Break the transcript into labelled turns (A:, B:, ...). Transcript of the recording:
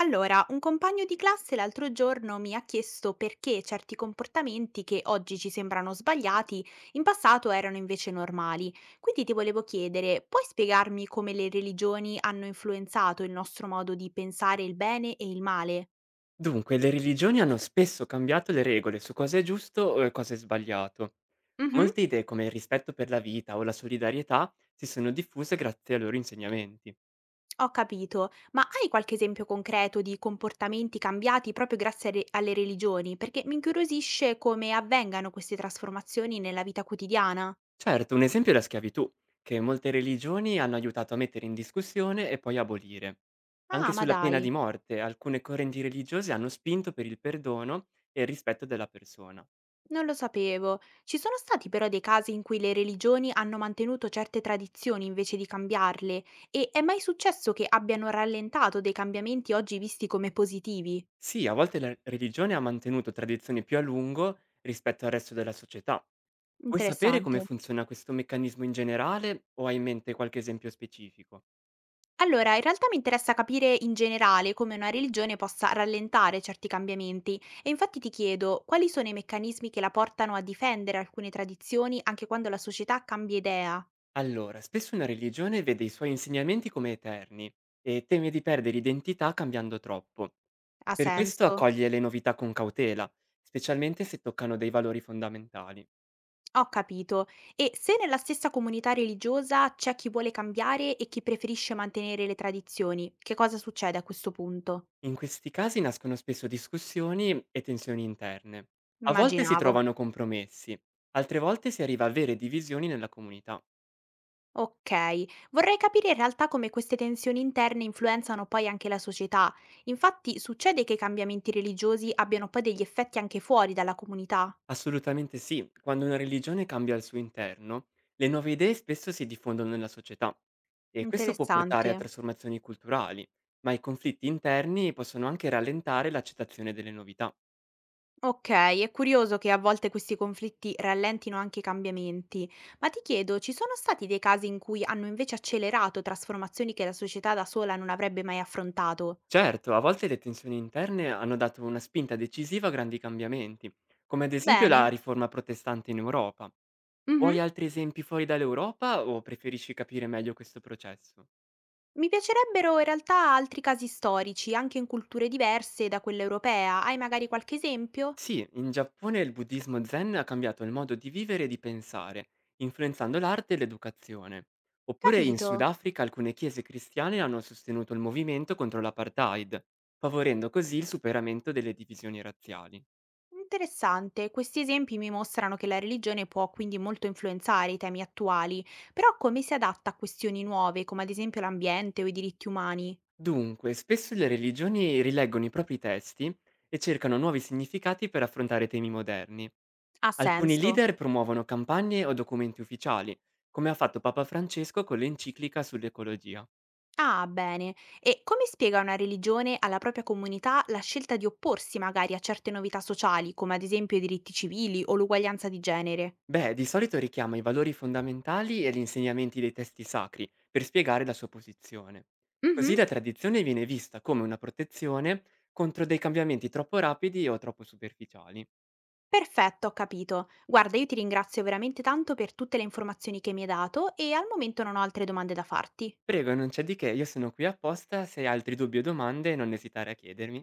A: Allora, un compagno di classe l'altro giorno mi ha chiesto perché certi comportamenti che oggi ci sembrano sbagliati, in passato erano invece normali. Quindi ti volevo chiedere, puoi spiegarmi come le religioni hanno influenzato il nostro modo di pensare il bene e il male?
B: Dunque, le religioni hanno spesso cambiato le regole su cosa è giusto o cosa è sbagliato.
A: Mhm,
B: Molte idee come il rispetto per la vita o la solidarietà si sono diffuse grazie ai loro insegnamenti.
A: ho capito, ma hai qualche esempio concreto di comportamenti cambiati proprio grazie alle religioni? Perché mi incuriosisce come avvengano queste trasformazioni nella vita quotidiana.
B: Certo, un esempio è la schiavitù, che molte religioni hanno aiutato a mettere in discussione e poi abolire. Anche
A: Ah, ma
B: sulla pena
A: dai.
B: di morte, alcune correnti religiose hanno spinto per il perdono e il rispetto della persona.
A: Non lo sapevo. Ci sono stati però dei casi in cui le religioni hanno mantenuto certe tradizioni invece di cambiarle e è mai successo che abbiano rallentato dei cambiamenti oggi visti come positivi?
B: Sì, a volte la religione ha mantenuto tradizioni più a lungo rispetto al resto della società. Vuoi sapere
A: Interessante.
B: come funziona questo meccanismo in generale o hai in mente qualche esempio specifico?
A: Allora, in realtà mi interessa capire in generale come una religione possa rallentare certi cambiamenti e infatti ti chiedo quali sono i meccanismi che la portano a difendere alcune tradizioni anche quando la società cambia idea.
B: Allora, spesso una religione vede i suoi insegnamenti come eterni e teme di perdere identità cambiando troppo.
A: Ha
B: Per questo
A: senso?
B: accoglie le novità con cautela, specialmente se toccano dei valori fondamentali.
A: Ho capito. E se nella stessa comunità religiosa c'è chi vuole cambiare e chi preferisce mantenere le tradizioni, che cosa succede a questo punto?
B: In questi casi nascono spesso discussioni e tensioni interne. A volte si
A: Immaginavo.
B: trovano compromessi, altre volte si arriva a vere divisioni nella comunità.
A: Ok, vorrei capire in realtà come queste tensioni interne influenzano poi anche la società. Infatti succede che i cambiamenti religiosi abbiano poi degli effetti anche fuori dalla comunità.
B: Assolutamente sì, quando una religione cambia al suo interno, le nuove idee spesso si diffondono nella società e questo può portare
A: Interessante.
B: a trasformazioni culturali, ma i conflitti interni possono anche rallentare l'accettazione delle novità.
A: Okay, è curioso che a volte questi conflitti rallentino anche i cambiamenti, ma ti chiedo, ci sono stati dei casi in cui hanno invece accelerato trasformazioni che la società da sola non avrebbe mai affrontato?
B: Certo, a volte le tensioni interne hanno dato una spinta decisiva a grandi cambiamenti, come ad esempio la
A: Bene.
B: riforma protestante in Europa.
A: Mh-mh.
B: Vuoi altri esempi fuori dall'Europa o preferisci capire meglio questo processo?
A: Mi piacerebbero in realtà altri casi storici, anche in culture diverse da quella europea. Hai magari qualche esempio?
B: Sì, in Giappone il buddismo zen ha cambiato il modo di vivere e di pensare, influenzando l'arte e l'educazione. Oppure in
A: Capito.
B: Sudafrica alcune chiese cristiane hanno sostenuto il movimento contro l'apartheid, favorendo così il superamento delle divisioni razziali.
A: Interessante. Questi esempi mi mostrano che la religione può quindi molto influenzare i temi attuali, però come si adatta a questioni nuove, come ad esempio l'ambiente o i diritti umani?
B: Dunque, spesso le religioni rileggono i propri testi e cercano nuovi significati per affrontare temi moderni.
A: Ha
B: Alcuni
A: senso.
B: leader promuovono campagne o documenti ufficiali, come ha fatto Papa Francesco con l'enciclica sull'ecologia.
A: Ah, bene. E come spiega una religione alla propria comunità la scelta di opporsi magari a certe novità sociali, come ad esempio i diritti civili o l'uguaglianza di genere?
B: Beh, di solito richiama i valori fondamentali e gli insegnamenti dei testi sacri per spiegare la sua posizione. Così
A: Mhm.
B: la tradizione viene vista come una protezione contro dei cambiamenti troppo rapidi o troppo superficiali.
A: Perfetto, ho capito. Guarda, io ti ringrazio veramente tanto per tutte le informazioni che mi hai dato e al momento non ho altre domande da farti.
B: Prego, non c'è di che, io sono qui apposta, se hai altri dubbi o domande non esitare a chiedermi.